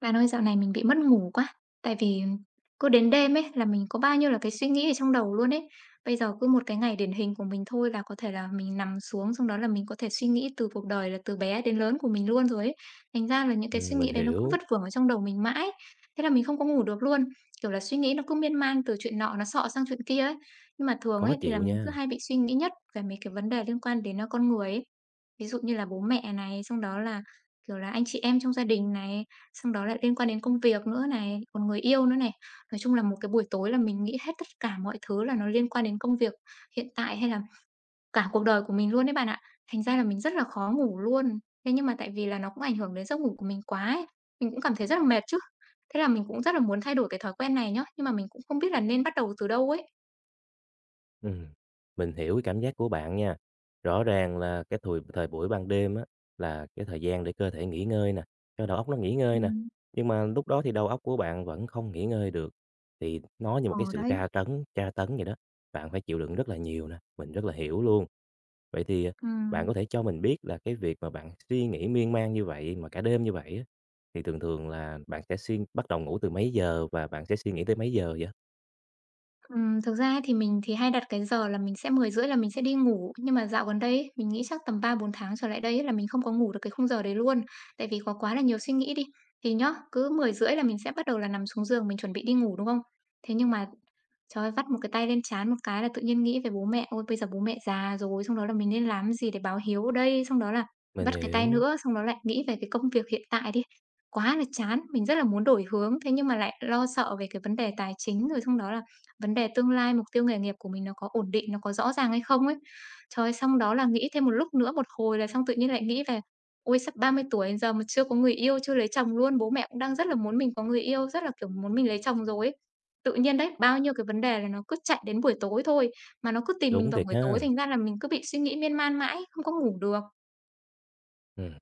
Bạn ơi, dạo này mình bị mất ngủ quá, tại vì cứ đến đêm ấy là mình có bao nhiêu là cái suy nghĩ ở trong đầu luôn ấy. Bây giờ cứ một cái ngày điển hình của mình thôi là có thể là mình nằm xuống, xong đó là mình có thể suy nghĩ từ cuộc đời là từ bé đến lớn của mình luôn rồi ấy. Thành ra là những cái suy Mình nghĩ đấy nó cứ hiểu, vất vưởng ở trong đầu mình mãi, thế là mình không có ngủ được luôn. Kiểu là suy nghĩ nó cứ miên man từ chuyện nọ nó xọ sang chuyện kia ấy. Nhưng mà thường khó ấy thì là chịu mình cứ nha. hay bị suy nghĩ nhất về mấy cái vấn đề liên quan đến con người ấy. Ví dụ như là bố mẹ này, xong đó là, kiểu là, anh chị em trong gia đình này, xong đó lại liên quan đến công việc nữa này, còn người yêu nữa này. Nói chung là một cái buổi tối là mình nghĩ hết tất cả mọi thứ là nó liên quan đến công việc hiện tại hay là cả cuộc đời của mình luôn đấy bạn ạ. Thành ra là mình rất là khó ngủ luôn. Thế nhưng mà tại vì là nó cũng ảnh hưởng đến giấc ngủ của mình quá ấy, mình cũng cảm thấy rất là mệt chứ. Thế là mình cũng rất là muốn thay đổi cái thói quen này nhá, nhưng mà mình cũng không biết là nên bắt đầu từ đâu ấy. Ừm, mình hiểu cái cảm giác của bạn nha. Rõ ràng là cái thời thời buổi ban đêm á, là cái thời gian để cơ thể nghỉ ngơi nè, cho đầu óc nó nghỉ Ừ, ngơi nè, nhưng mà lúc đó thì đầu óc của bạn vẫn không nghỉ ngơi được, thì nó như một cái ờ, sự đấy. Tra tấn vậy đó, bạn phải chịu đựng rất là nhiều nè, mình rất là hiểu luôn. Vậy thì, Ừ. bạn có thể cho mình biết là cái việc mà bạn suy nghĩ miên man như vậy, mà cả đêm như vậy á, thì thường thường là bạn sẽ bắt đầu ngủ từ mấy giờ và bạn sẽ suy nghĩ tới mấy giờ vậy? Thực ra ấy thì mình thì hay đặt cái giờ là mình sẽ 10:30 là mình sẽ đi ngủ, nhưng mà dạo gần đây ấy, mình nghĩ chắc tầm 3 4 tháng trở lại đây ấy là mình không có ngủ được cái khung giờ đấy luôn. Tại vì có quá là nhiều suy nghĩ đi, thì nhá, cứ 10:30 là mình sẽ bắt đầu là nằm xuống giường mình chuẩn bị đi ngủ, đúng không? Thế nhưng mà, trời ơi, vắt một cái tay lên trán một cái là tự nhiên nghĩ về bố mẹ, ôi, bây giờ bố mẹ già rồi, xong đó là mình nên làm gì để báo hiếu đây? Xong đó là Mình vắt cái tay hiểu, nữa, xong đó lại nghĩ về cái công việc hiện tại đi. Quá là chán, mình rất là muốn đổi hướng, thế nhưng mà lại lo sợ về cái vấn đề tài chính, rồi xong đó là vấn đề tương lai, mục tiêu nghề nghiệp của mình nó có ổn định, nó có rõ ràng hay không ấy. Trời, xong đó là nghĩ thêm một lúc nữa, một hồi là xong tự nhiên lại nghĩ về: "Ôi, sắp 30 tuổi giờ mà chưa có người yêu, chưa lấy chồng luôn, bố mẹ cũng đang rất là muốn mình có người yêu, rất là, kiểu, muốn mình lấy chồng rồi ấy." Tự nhiên đấy, bao nhiêu cái vấn đề là nó cứ chạy đến buổi tối thôi, mà nó cứ tìm mình đúng vào thiệt buổi tối, ha. thành ra là mình cứ bị suy nghĩ miên man mãi, không có ngủ được. Ừm,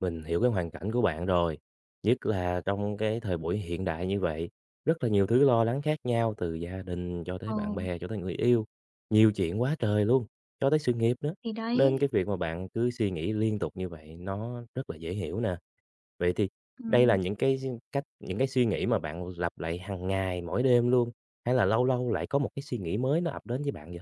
mình hiểu cái hoàn cảnh của bạn rồi, nhất là trong cái thời buổi hiện đại như vậy, rất là nhiều thứ lo lắng khác nhau từ gia đình cho tới Ờ, bạn bè, cho tới người yêu, nhiều chuyện quá trời luôn, cho tới sự nghiệp nữa. thì Nên đấy. cái việc mà bạn cứ suy nghĩ liên tục như vậy nó rất là dễ hiểu nè. Vậy thì đây là Ừm. những cái cách những cái suy nghĩ mà bạn lặp lại hàng ngày, mỗi đêm luôn, hay là lâu lâu lại có một cái suy nghĩ mới nó ập đến với bạn vậy?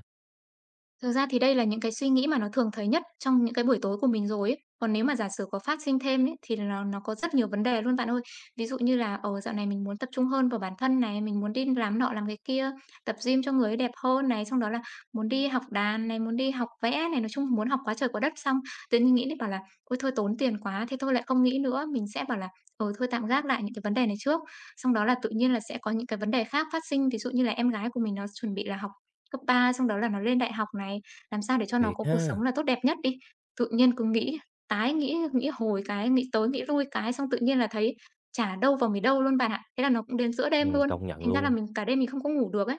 Thực ra thì đây là những cái suy nghĩ mà nó thường thấy nhất trong những cái buổi tối của mình rồi ấy. Còn nếu mà giả sử có phát sinh thêm ấy, thì nó có rất nhiều vấn đề luôn bạn ơi. Ví dụ như là ở dạo này mình muốn tập trung hơn vào bản thân này, mình muốn đi làm nọ làm cái kia, tập gym cho người ấy đẹp hơn này, xong đó là muốn đi học đàn này, muốn đi học vẽ này, nói chung muốn học quá trời quá đất, xong tự nhiên nghĩ đến bảo là: "Ôi thôi, tốn tiền quá." Thế thôi lại không nghĩ nữa, mình sẽ bảo là ờ thôi tạm gác lại những cái vấn đề này trước. Xong đó là tự nhiên là sẽ có những cái vấn đề khác phát sinh, ví dụ như là em gái của mình nó chuẩn bị là học cấp ba, xong đó là nó lên đại học này, làm sao để cho nó Thiệt có cuộc ha, sống là tốt đẹp nhất đi. Tự nhiên cứ nghĩ tái nghĩ, nghĩ hồi cái, nghĩ tới nghĩ lui cái, xong tự nhiên là thấy chả đâu vào mấy đâu luôn bạn ạ. Thế là nó cũng đến giữa đêm luôn, công nhận thành ra là luôn. mình cả đêm mình không có ngủ được ấy.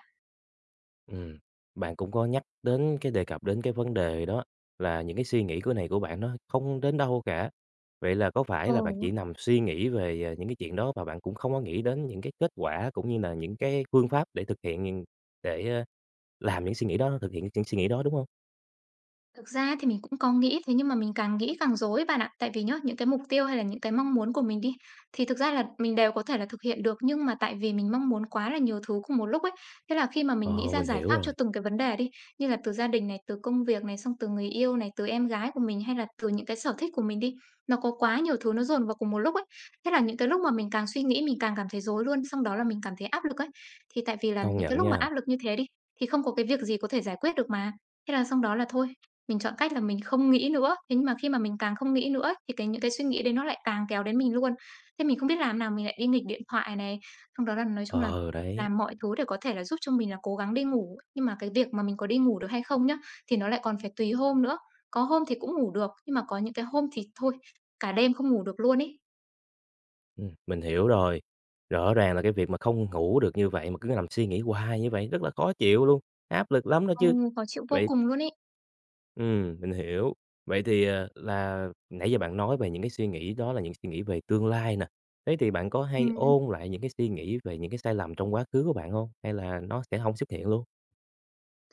Ừm, bạn cũng có nhắc đến cái đề cập đến cái vấn đề đó là những cái suy nghĩ của bạn nó không đến đâu cả. Vậy là có phải Ừ. là bạn chỉ nằm suy nghĩ về, những cái chuyện đó và bạn cũng không có nghĩ đến những cái kết quả cũng như là những cái phương pháp để thực hiện để, làm những suy nghĩ đó, thực hiện những suy nghĩ đó, đúng không? Thực ra thì mình cũng có nghĩ, thế nhưng mà mình càng nghĩ càng rối bạn ạ. Tại vì nhá, những cái mục tiêu hay là những cái mong muốn của mình đi, thì thực ra là mình đều có thể là thực hiện được, nhưng mà tại vì mình mong muốn quá là nhiều thứ cùng một lúc ấy, thế là khi mà mình nghĩ Ờ, ra mình giải hiểu pháp cho rồi, từng cái vấn đề đi, như là từ gia đình này, từ công việc này, xong từ người yêu này, từ em gái của mình hay là từ những cái sở thích của mình đi, nó có quá nhiều thứ nó dồn vào cùng một lúc ấy. Thế là những cái lúc mà mình càng suy nghĩ mình càng cảm thấy rối luôn, xong đó là mình cảm thấy áp lực ấy. Thì tại vì là công những cái nhận lúc mà nha. áp lực như thế đi, thì không có cái việc gì có thể giải quyết được mà. Thế là xong đó là thôi, mình chọn cách là mình không nghĩ nữa, thế nhưng mà khi mà mình càng không nghĩ nữa ấy, thì cái những cái suy nghĩ đấy nó lại càng kéo đến mình luôn. Thế mình không biết làm nào, mình lại đi nghịch điện thoại này, xong đó là nói chung là Ờ, đấy, làm mọi thứ để có thể là giúp cho mình là cố gắng đi ngủ. Nhưng mà cái việc mà mình có đi ngủ được hay không nhá, thì nó lại còn phải tùy hôm nữa. Có hôm thì cũng ngủ được, nhưng mà có những cái hôm thì thôi, cả đêm không ngủ được luôn ấy. Mình hiểu rồi. Rõ ràng là cái việc mà không ngủ được như vậy mà cứ nằm suy nghĩ hoài như vậy rất là khó chịu luôn, áp lực lắm đó chứ. Khó chịu vô Vậy cùng luôn ấy. Mình hiểu. Vậy thì, là nãy giờ bạn nói về những cái suy nghĩ đó là những suy nghĩ về tương lai nè. Thế thì bạn có hay Ừm. ôn lại những cái suy nghĩ về những cái sai lầm trong quá khứ của bạn không? Hay là nó sẽ không xuất hiện luôn?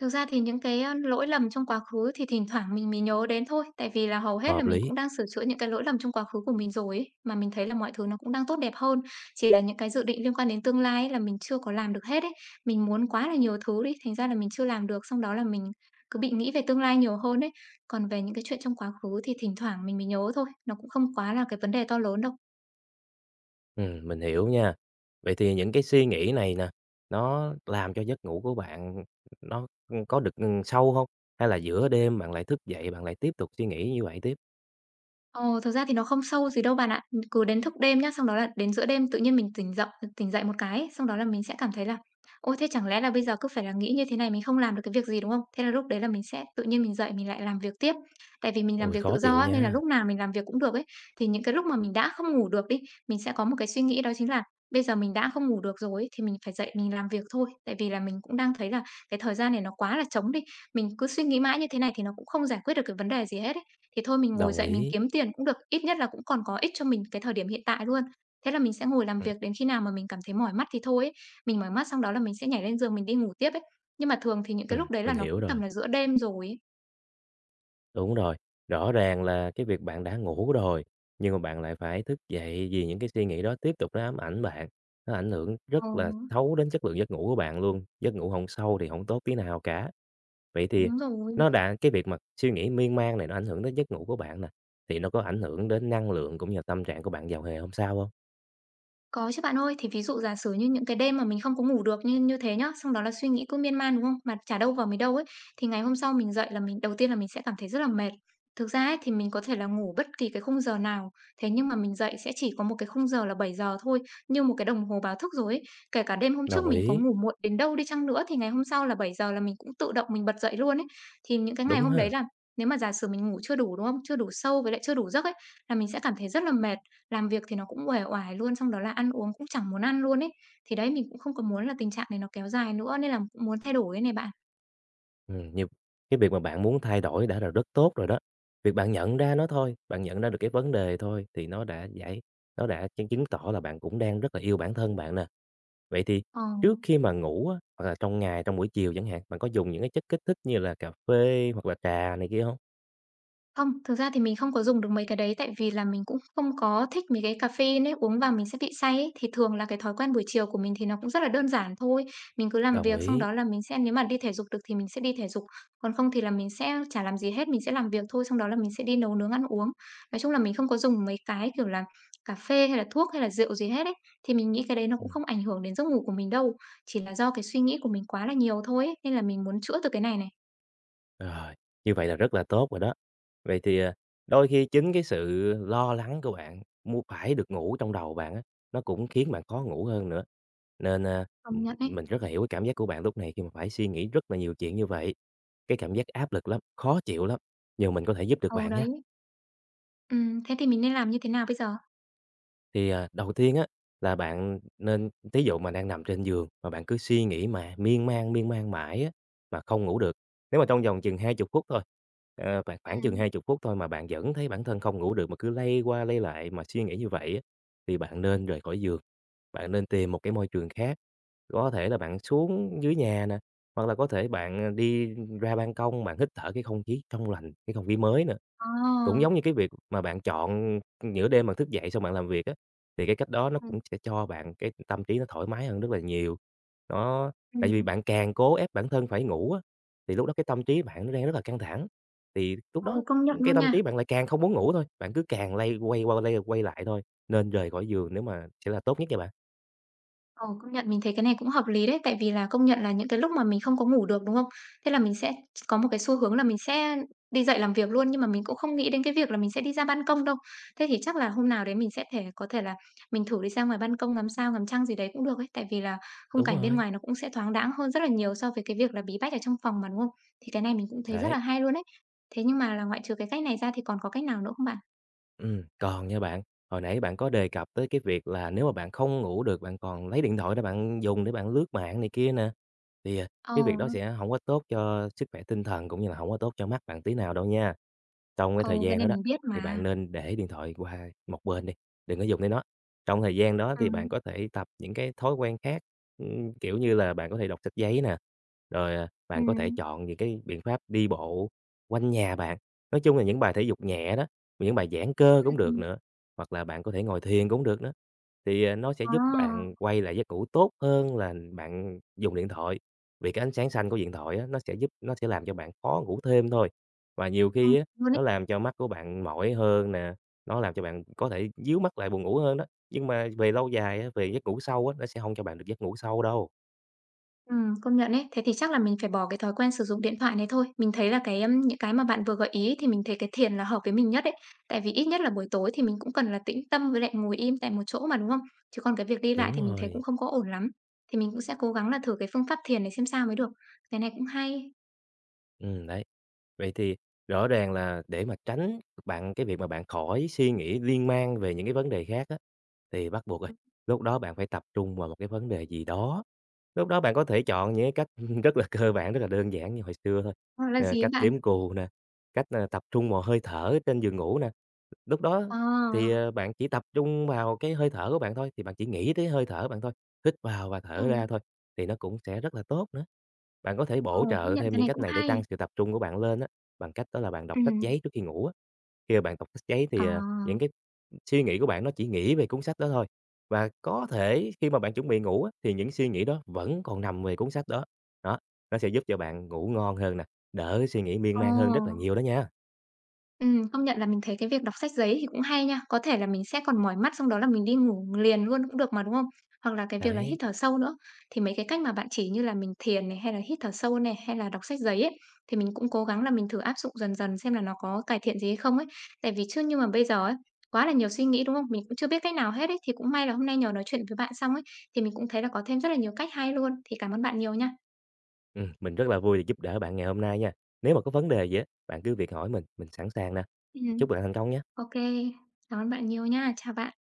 Thực ra thì những cái lỗi lầm trong quá khứ thì thỉnh thoảng mình mới nhớ đến thôi, tại vì là hầu hết là Hợp mình lý, cũng đang sửa chữa những cái lỗi lầm trong quá khứ của mình rồi ấy, mà mình thấy là mọi thứ nó cũng đang tốt đẹp hơn. Chỉ là những cái dự định liên quan đến tương lai ấy là mình chưa có làm được hết ấy, mình muốn quá là nhiều thứ đi, thành ra là mình chưa làm được, xong đó là mình cứ bị nghĩ về tương lai nhiều hơn ấy. Còn về những cái chuyện trong quá khứ thì thỉnh thoảng mình mới nhớ thôi, nó cũng không quá là cái vấn đề to lớn đâu. Mình hiểu nha. Vậy thì những cái suy nghĩ này nè, nó làm cho giấc ngủ của bạn nó, có được, sâu không? Hay là giữa đêm bạn lại thức dậy, bạn lại tiếp tục suy nghĩ như vậy tiếp? Ờ, thật ra thì nó không sâu gì đâu bạn ạ. Cứ đến thức đêm nhá, xong đó là đến giữa đêm tự nhiên mình tỉnh dậy một cái, xong đó là mình sẽ cảm thấy là: "Ôi, thế chẳng lẽ là bây giờ cứ phải là nghĩ như thế này, mình không làm được cái việc gì, đúng không?" Thế là lúc đấy là mình sẽ tự nhiên mình dậy mình lại làm việc tiếp. Tại vì mình làm Ôi, việc tự khó do chịu á, nên là nha. lúc nào mình làm việc cũng được ấy. Thì những cái lúc mà mình đã không ngủ được đi, mình sẽ có một cái suy nghĩ đó chính là bây giờ mình đã không ngủ được rồi ấy, thì mình phải dậy mình làm việc thôi. Tại vì là mình cũng đang thấy là cái thời gian này nó quá là trống đi, mình cứ suy nghĩ mãi như thế này thì nó cũng không giải quyết được cái vấn đề gì hết. Thì thôi mình ngồi Đồng dậy mình ý. kiếm tiền cũng được, ít nhất là cũng còn có ích cho mình cái thời điểm hiện tại luôn. Thế là mình sẽ ngồi làm Ừm, việc đến khi nào mà mình cảm thấy mỏi mắt thì thôi ấy. Mình mỏi mắt xong đó là mình sẽ nhảy lên giường mình đi ngủ tiếp ấy. Nhưng mà thường thì những cái lúc đấy là mình nó hiểu cũng tầm rồi. là giữa đêm rồi ấy. Đúng rồi, rõ ràng là cái việc bạn đã ngủ rồi, nhưng mà bạn lại phải thức dậy vì những cái suy nghĩ đó tiếp tục nó ám ảnh bạn, nó ảnh hưởng rất Ờ, là xấu đến chất lượng giấc ngủ của bạn luôn, giấc ngủ hổng sâu thì không tốt tí nào cả. Vậy thì đúng rồi. nó đã cái việc mà suy nghĩ miên man này nó ảnh hưởng đến giấc ngủ của bạn nè, thì nó có ảnh hưởng đến năng lượng cũng như là tâm trạng của bạn vào hè hôm sau không? Có chứ bạn ơi, thì ví dụ giả sử như những cái đêm mà mình không có ngủ được như như thế nhá, xong đó là suy nghĩ cứ miên man, đúng không? Mà chả đâu vào mới đâu ấy, thì ngày hôm sau mình dậy là mình đầu tiên là mình sẽ cảm thấy rất là mệt. Thực ra ấy, thì mình có thể là ngủ bất kỳ cái khung giờ nào, thế nhưng mà mình dậy sẽ chỉ có một cái khung giờ là 7 giờ thôi, như một cái đồng hồ báo thức rồi ấy. Kể cả đêm hôm trước Đồng mình có ý, ngủ muộn đến đâu đi chăng nữa thì ngày hôm sau là 7 giờ là mình cũng tự động mình bật dậy luôn ấy. Thì những cái ngày đúng hôm đấy ha. là nếu mà giả sử mình ngủ chưa đủ, đúng không? Chưa đủ sâu với lại chưa đủ giấc ấy là mình sẽ cảm thấy rất là mệt. Làm việc thì nó cũng uể oải luôn, xong đó là ăn uống cũng chẳng muốn ăn luôn ấy. Thì đấy, mình cũng không có muốn là tình trạng này nó kéo dài nữa nên là cũng muốn thay đổi đây này bạn. Nhiều cái việc mà bạn muốn thay đổi đã là rất tốt rồi đó. Việc bạn nhận ra nó thôi, bạn nhận ra được cái vấn đề thôi thì nó đã chứng chứng tỏ là bạn cũng đang rất là yêu bản thân bạn nè. Vậy thì Ờ. trước khi mà ngủ á, hoặc là trong ngày, trong buổi chiều chẳng hạn, bạn có dùng những cái chất kích thích như là cà phê hoặc là trà này kia không? Không, thực ra thì mình không có dùng được mấy cái đấy, tại vì là mình cũng không có thích mấy cái cà phê ấy, uống vào mình sẽ bị say ấy. Thì thường là cái thói quen buổi chiều của mình thì nó cũng rất là đơn giản thôi. Mình cứ làm Đồng việc xong ý. đó là mình sẽ nếu mà đi thể dục được thì mình sẽ đi thể dục, còn không thì là mình sẽ chả làm gì hết, mình sẽ làm việc thôi, xong đó là mình sẽ đi nấu nướng ăn uống. Nói chung là mình không có dùng mấy cái, kiểu là, cà phê hay là thuốc hay là rượu gì hết ấy, thì mình nghĩ cái đấy nó cũng Ừm. không ảnh hưởng đến giấc ngủ của mình đâu, chỉ là do cái suy nghĩ của mình quá là nhiều thôi ấy, nên là mình muốn chữa từ cái này này. Rồi, như vậy là rất là tốt rồi đó. Vậy thì, đôi khi chính cái sự lo lắng của bạn muốn phải được ngủ trong đầu bạn á, nó cũng khiến bạn khó ngủ hơn nữa. Nên, Công nhận ấy. mình rất là hiểu cái cảm giác của bạn lúc này khi mà phải suy nghĩ rất là nhiều chuyện như vậy. Cái cảm giác áp lực lắm, khó chịu lắm, nhưng mình có thể giúp được Ừ, bạn nhé. đấy. Thế thì mình nên làm như thế nào bây giờ? Thì, đầu tiên á, là bạn nên thí dụ mà đang nằm trên giường mà bạn cứ suy nghĩ mà miên man mãi á, mà không ngủ được, nếu mà trong vòng chừng 20 phút thôi, khoảng Ừ. khoảng chừng 20 phút thôi mà bạn vẫn thấy bản thân không ngủ được mà cứ lay qua lay lại mà suy nghĩ như vậy á, thì bạn nên rời khỏi giường. Bạn nên tìm một cái môi trường khác, có thể là bạn xuống dưới nhà nè, hoặc là có thể bạn, đi ra ban công, bạn hít thở cái không khí trong lành, cái không khí mới nữa. Cũng giống Ồ. như cái việc mà bạn chọn nửa đêm bạn thức dậy xong bạn làm việc á, thì cái cách đó nó cũng Ừm. sẽ cho bạn cái tâm trí nó thoải mái hơn rất là nhiều. Nó tại vì Ừm, bạn càng cố ép bản thân phải ngủ á, thì lúc đó cái tâm trí bạn nó đang rất là căng thẳng, thì lúc ừ, đó công nhận cái luôn tâm nha. trí bạn lại càng không muốn ngủ thôi, bạn cứ càng lay quay qua lay quay lại thôi, nên rời khỏi giường nếu mà sẽ là tốt nhất nha bạn. Ờ, công nhận mình thấy cái này cũng hợp lý đấy, tại vì là công nhận là những cái lúc mà mình không có ngủ được, đúng không? Thế là mình sẽ có một cái xu hướng là mình sẽ đi dậy làm việc luôn, nhưng mà mình cũng không nghĩ đến cái việc là mình sẽ đi ra ban công đâu. Thế thì chắc là hôm nào đấy mình sẽ thể có thể là mình thử đi ra ngoài ban công ngắm sao, ngắm trăng gì đấy cũng được ấy, tại vì là khung Đúng cảnh bên rồi, ngoài nó cũng sẽ thoáng đãng hơn rất là nhiều so với cái việc là bí bách ở trong phòng mà, đúng không? Thì cái này mình cũng thấy rất đấy, là hay luôn ấy. Thế nhưng mà là ngoại trừ cái cách này ra thì còn có cách nào nữa không bạn? Còn nha bạn, hồi nãy bạn có đề cập tới cái việc là nếu mà bạn không ngủ được, bạn còn lấy điện thoại để bạn dùng để bạn lướt mạng này kia nè. Thì, Ờ. cái việc đó sẽ không có tốt cho sức khỏe tinh thần cũng như là không có tốt cho mắt bạn tí nào đâu nha. Trong cái Ờ, thời cái gian này đó đó, mình biết thì mà. bạn nên để điện thoại qua một bên đi, đừng có dùng tới nó. Trong thời gian đó thì bạn Ừm, có thể tập những cái thói quen khác, kiểu như là, bạn có thể đọc sách giấy nè, rồi, bạn có ừm, thể chọn những cái biện pháp đi bộ quanh nhà bạn. Nói chung là những bài thể dục nhẹ đó, những bài giãn cơ ừm, cũng được ừm. nữa, hoặc là bạn có thể ngồi thiền cũng được nữa thì, nó sẽ Ờ. giúp bạn quay lại giấc ngủ tốt hơn là bạn dùng điện thoại. Vì cái ánh sáng xanh của điện thoại á, nó sẽ làm cho bạn khó ngủ thêm thôi. Và nhiều khi á, luôn ấy. nó làm cho mắt của bạn mỏi hơn nè, nó làm cho bạn có thể díu mắt lại buồn ngủ hơn đó, nhưng mà về lâu dài á, về giấc ngủ sâu á, nó sẽ không cho bạn được giấc ngủ sâu đâu. Công nhận ấy. Thế thì chắc là mình phải bỏ cái thói quen sử dụng điện thoại này thôi. Mình thấy là cái, những cái mà bạn vừa gợi ý thì mình thấy cái thiền là hợp với mình nhất đấy. Tại vì ít nhất là buổi tối thì mình cũng cần là tĩnh tâm với lại ngồi im tại một chỗ mà, đúng không? Chứ còn cái việc đi lại Đúng thì mình thấy cũng rồi, không có ổn lắm. Thì mình cũng sẽ cố gắng là thử cái phương pháp thiền này xem sao mới được. Cái này cũng hay. Đấy. Vậy thì rõ ràng là để mà tránh bạn cái việc mà bạn khỏi suy nghĩ liên mang về những cái vấn đề khác á, Thì bắt buộc rồi, lúc đó bạn phải tập trung vào một cái vấn đề gì đó. Lúc đó bạn có thể chọn những cái cách rất là cơ bản, rất là đơn giản như hồi xưa thôi, Hoặc là gì ấy cách bạn? đếm cù nè, cách, tập trung vào hơi thở trên giường ngủ nè. Lúc đó Ờ, thì, bạn chỉ tập trung vào cái hơi thở của bạn thôi, thì bạn chỉ nghĩ tới hơi thở bạn thôi, hít vào và thở ừm, ra thôi, thì nó cũng sẽ rất là tốt nữa. Bạn có thể ờ, bổ công trợ nhận thêm cái những này cách cũng này để hay. tăng sự tập trung của bạn lên á, bằng cách đó là bạn đọc sách Ừm, giấy trước khi ngủ á. Khi mà bạn đọc sách giấy ờ, thì, những cái suy nghĩ của bạn nó chỉ nghĩ về cuốn sách đó thôi, và có thể khi mà bạn chuẩn bị ngủ á, thì những suy nghĩ đó vẫn còn nằm về cuốn sách đó. Đó, nó sẽ giúp cho bạn ngủ ngon hơn nè, đỡ suy nghĩ miên ờ. man hơn rất là nhiều đó nha. Công nhận là mình thấy cái việc đọc sách giấy thì cũng hay nha. Có thể là mình sẽ còn mỏi mắt xong đó là mình đi ngủ liền luôn cũng được mà, đúng không? Hoặc là cái việc là hít Đấy, thở sâu nữa. Thì mấy cái cách mà bạn chỉ như là mình thiền này, hay là hít thở sâu này, hay là đọc sách giấy ấy, thì mình cũng cố gắng là mình thử áp dụng dần dần xem là nó có cải thiện gì hay không ấy. Tại vì chứ nhưng mà bây giờ ấy, quá là nhiều suy nghĩ, đúng không? Mình cũng chưa biết cách nào hết ấy. Thì cũng may là hôm nay nhờ nói chuyện với bạn xong ấy, thì mình cũng thấy là có thêm rất là nhiều cách hay luôn. Thì cảm ơn bạn nhiều nha. Mình rất là vui được giúp đỡ bạn ngày hôm nay nha. Nếu mà có vấn đề gì á, bạn cứ việc hỏi mình sẵn sàng nè. Ừm, Chúc bạn thành công nha. ô cảm ơn bạn nhiều nha. Chào bạn.